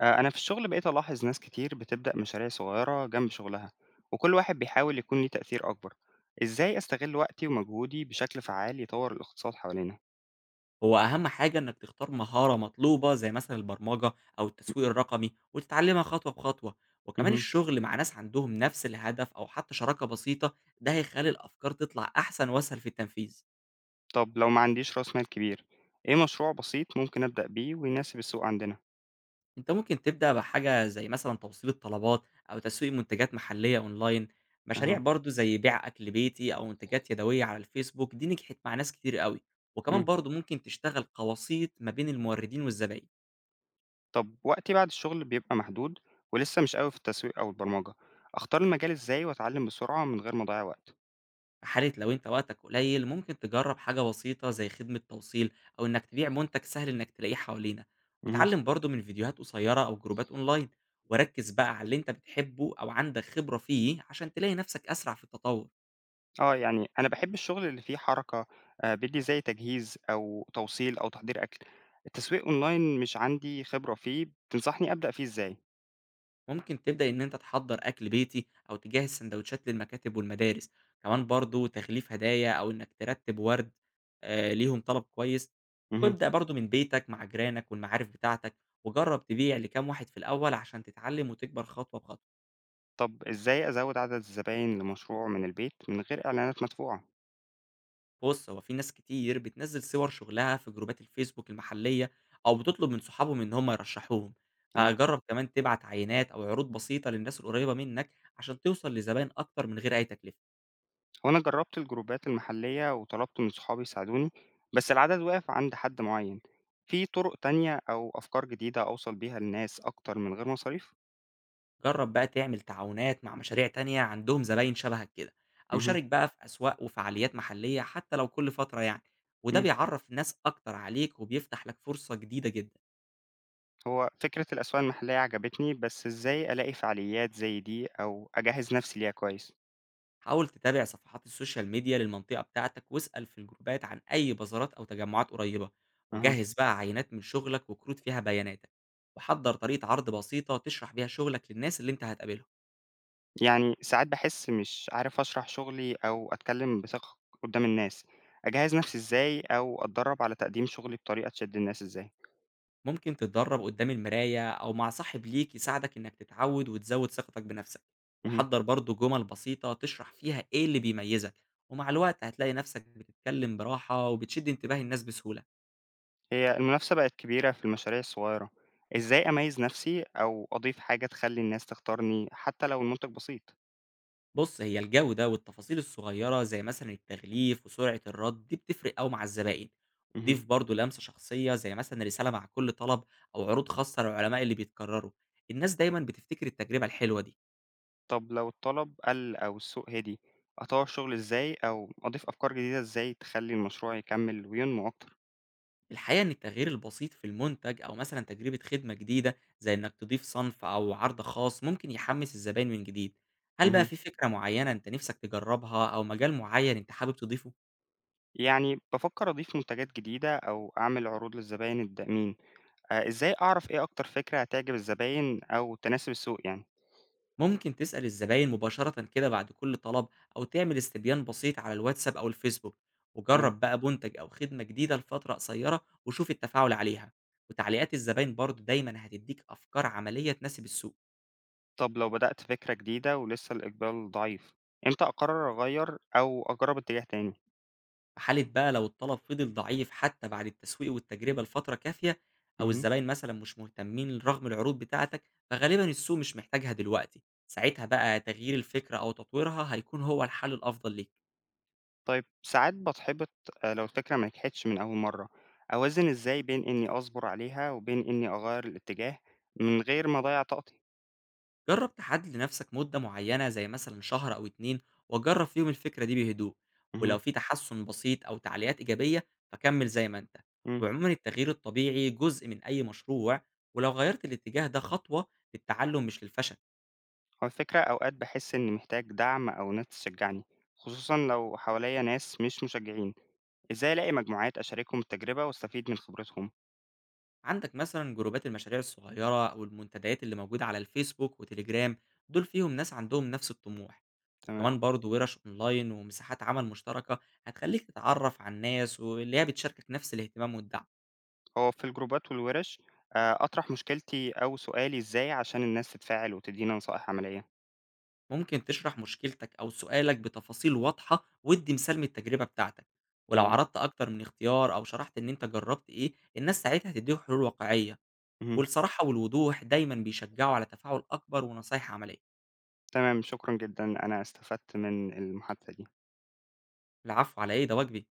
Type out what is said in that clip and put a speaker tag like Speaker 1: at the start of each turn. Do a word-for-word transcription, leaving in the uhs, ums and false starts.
Speaker 1: آه، أنا في الشغل بقيت ألاحظ ناس كتير بتبدأ مشاريع صغيرة جنب شغلها، وكل واحد بيحاول يكون ليه تأثير أكبر. إزاي أستغل وقتي ومجهودي بشكل فعال يطور الاقتصاد حوالينا؟
Speaker 2: هو أهم حاجة إنك تختار مهارة مطلوبة زي مثلًا البرمجة أو التسويق الرقمي، وتتعلمها خطوة بخطوة، وكمان
Speaker 1: مهم.
Speaker 2: الشغل مع ناس عندهم نفس الهدف أو حتى شراكة بسيطة، ده هيخلّي الأفكار تطلع أحسن وأسهل في التنفيذ.
Speaker 1: طب لو ما عنديش رأس مال كبير، إيه مشروع بسيط ممكن أبدأ بيه ويناسب السوق عندنا؟
Speaker 2: أنت ممكن تبدأ بحاجة زي مثلًا توصيل الطلبات أو تسويق منتجات محلية أونلاين، مشاريع
Speaker 1: أها.
Speaker 2: برضه زي بيع أكل بيتي أو منتجات يدوية على الفيسبوك دي نجحت مع ناس كتير أوي، وكمان
Speaker 1: مم.
Speaker 2: برضه ممكن تشتغل كوسيط ما بين الموردين والزباين.
Speaker 1: طب وقتي بعد الشغل بيبقى محدود، ولسه مش قوي في التسويق أو البرمجة. أختار المجال إزاي وأتعلم بسرعة من غير ما أضيع وقت؟
Speaker 2: في حالة لو أنت وقتك قليل ممكن تجرب حاجة بسيطة زي خدمة توصيل أو إنك تبيع منتج سهل إنك تلاقيه حوالينا،
Speaker 1: مهم.
Speaker 2: وتعلم برضه من فيديوهات قصيرة أو جروبات أونلاين، وركز بقى على اللي أنت بتحبه أو عندك خبرة فيه عشان تلاقي نفسك أسرع في التطور.
Speaker 1: آه، يعني أنا باحب الشغل اللي فيه حركة، آآ، بيدّي زي تجهيز أو توصيل أو تحضير أكل. التسويق online مش عندي خبرة فيه، تنصحني أبدأ فيه إزاي؟
Speaker 2: ممكن تبدأ إن أنت تحضّر أكل بيتي أو تجهّز سندوتشات للمكاتب والمدارس، كمان برضه تغليف هدايا أو إنك ترتّب ورد آآ ليهم طلب كويس،
Speaker 1: اهم.
Speaker 2: وابدأ برضه من بيتك مع جيرانك والمعارف بتاعتك، وجرّب تبيع لكام واحد في الأول عشان تتعلّم وتكبر خطوة بخطوة.
Speaker 1: طب إزاي أزوّد عدد الزباين لمشروع من البيت من غير إعلانات مدفوعة؟
Speaker 2: بُص، هو في ناس كتير بتنزّل صور شغلها في جروبات الفيسبوك المحلية أو بتطلب من صحابهم إن هم يرشّحوهم،
Speaker 1: آه،
Speaker 2: فجرّب كمان تبعت عينات أو عروض بسيطة للناس القريّبة منّك عشان توصل لزباين أكتر من غير أي تكلفة.
Speaker 1: هو أنا جرّبت الجروبات المحلية وطلبت من صحابي يساعدوني، بس العدد وقف عند حد معيّن. في طرق تانية أو أفكار جديدة أوصل بيها للناس أكتر من غير مصاريف؟
Speaker 2: جرب بقى تعمل تعاونات مع مشاريع تانية عندهم زباين شبهك كده، أو
Speaker 1: اهم.
Speaker 2: شارك بقى في أسواق وفعاليات محلية حتى لو كل فترة يعني، وده
Speaker 1: إمم.
Speaker 2: بيعرف ناس أكتر عليك وبيفتح لك فرصة جديدة جدا.
Speaker 1: هو فكرة الأسواق المحلية عجبتني، بس إزاي ألاقي فعاليات زي دي أو أجهّز نَفْسي ليها كويس؟
Speaker 2: حاول تتابع صفحات السوشيال ميديا للمنطقة بتاعتك واسأل في الجروبات عن أي بازارات أو تجمعات قريبة،
Speaker 1: اها.
Speaker 2: وجهز بقى عينات من شغلك وكروت فيها بياناتك، وحضر طريقة عرض بسيطة تشرح بيها شغلك للناس اللي انت هتقابلهم.
Speaker 1: يعني ساعات باحس مش عارف أشرح شغلي أو أتكلّم بثقة قُدّام الناس، أجهّز نَفْسي إزاي أو أتدرّب على تقديم شغلي بطريقة تشد الناس إزاي؟
Speaker 2: ممكن تتدرب قدام المراية أو مع صاحب ليك يساعدك إنك تتعود وتزود ثقتك بنفسك،
Speaker 1: اهم.
Speaker 2: وحضر برضو جمل بسيطة تشرح فيها إيه اللي بيميزك، ومع الوقت هتلاقي نفسك بتتكلم براحة وبتشد انتباه الناس بسهولة.
Speaker 1: هي المنافسة بقت كبيرة في المشاريع الصغيرة، إزاي أميّز نَفْسي أو أضيف حاجة تخلّي الناس تختارني حتى لو المنتج بسيط؟
Speaker 2: بص، هي الجودة والتفاصيل الصغيرة زي مثلا التغليف وسرعة الرد دي بتفرق أوي مع الزبائن.
Speaker 1: اهم.
Speaker 2: ضيف برضو لمسة شخصية زي مثلا رسالة مع كل طلب، أو عروض خاصة للعلماء اللي بيتكرروا، الناس دايما بتفتكر التجربة الحلوة دي.
Speaker 1: طب لو الطلب قل أو السوق هدي، أطور الشغل إزاي أو أضيف أفكار جديدة إزاي تخلي المشروع يكمل وينمو أكتر؟
Speaker 2: الحقيقة إن التغيير البسيط في المنتج أو مثلًا تجربة خدمة جديدة زي إنك تضيف صنف أو عرض خاص ممكن يحمس الزباين من جديد، هل بقى
Speaker 1: مهم.
Speaker 2: في فكرة معينة أنت نفسك تجربها أو مجال معين أنت حابب تضيفه؟
Speaker 1: يعني بفكر أضيف منتجات جديدة أو أعمل عروض للزباين الدائمين. آه، إزاي أعرف إيه أكتر فكرة هتعجب الزباين أو تناسب السوق يعني؟
Speaker 2: ممكن تسأل الزباين مباشرة كده بعد كل طلب، أو تعمل استبيان بسيط على الواتساب أو الفيسبوك،
Speaker 1: تمام.
Speaker 2: وجرب بقى منتج أو خدمة جديدة لفترة قصيرة وشوف التفاعل عليها، وتعليقات الزباين برضه دايمًا هتديك أفكار عملية تناسب السوق.
Speaker 1: طب لو بدأت فكرة جديدة ولسه الإقبال ضعيف، إمتى أقرر أغير أو أجرب اتجاه تاني؟
Speaker 2: في حالة بقى لو الطلب فضل ضعيف حتى بعد التسويق والتجربة لفترة كافية، أو
Speaker 1: مهم.
Speaker 2: الزباين مثلا مش مهتمين رغم العروض بتاعتك، فغالبا السوق مش محتاجها دلوقتي، ساعتها بقى تغيير الفكرة أو تطويرها هيكون هو الحل الأفضل ليك.
Speaker 1: طيب ساعات باتحبط. آآ لو الفكرة ما نجحتش من أول مرّة، أوازن إزاي بين إني أصبر عليها وبين إني أغيّر الاتجاه من غير ما أضيّع طاقتي؟
Speaker 2: جرب تحدد لنفسك مدة معينة زي مثلا شهر أو اتنين وجرب فيهم الفكرة دي بهدوء، ولو
Speaker 1: اهم،
Speaker 2: في تحسن بسيط أو تعليقات إيجابية فكمل زي ما أنت.
Speaker 1: إمم.
Speaker 2: وعموما التغيير الطبيعي جزء من أي مشروع، ولو غيرت الاتجاه ده خطوة للتعلم مش للفشل.
Speaker 1: هو الفكرة أوقات باحس إني محتاج دعم أو ناس تشجّعني، خصوصًا لو حواليّا ناس مش مشجّعين. إزاي ألاقي مجموعات أشاركهم التجربة واستفيد من خبرتهم؟
Speaker 2: عندك مثلا جروبات المشاريع الصغيرة أو المنتديات اللي موجودة على الفيسبوك وتليجرام، دول فيهم ناس عندهم نفس الطموح،
Speaker 1: تمام.
Speaker 2: وكمان برضو ورش أونلاين ومساحات عمل مشتركة هتخليك تتعرف على الناس واللي هي بتشاركك نفس الاهتمام والدعم.
Speaker 1: هو في الجروبات والورش، آآ أطرح مشكلتي أو سؤالي إزاي عشان الناس تتفاعل وتدّيني نصائح عملية؟
Speaker 2: ممكن تشرح مشكلتك أو سؤالك بتفاصيل واضحة وادي مثال من التجربة بتاعتك، ولو
Speaker 1: تمام.
Speaker 2: عرضت أكتر من اختيار أو شرحت إن أنت جربت إيه الناس ساعتها هتديك حلول واقعية.
Speaker 1: اهم.
Speaker 2: والصراحة والوضوح دايما بيشجعوا على تفاعل أكبر ونصايح عملية.
Speaker 1: تمام، شكرًا جدًا، أنا استفدت من المحادثة دي.
Speaker 2: العفو، على إيه؟ ده واجبي.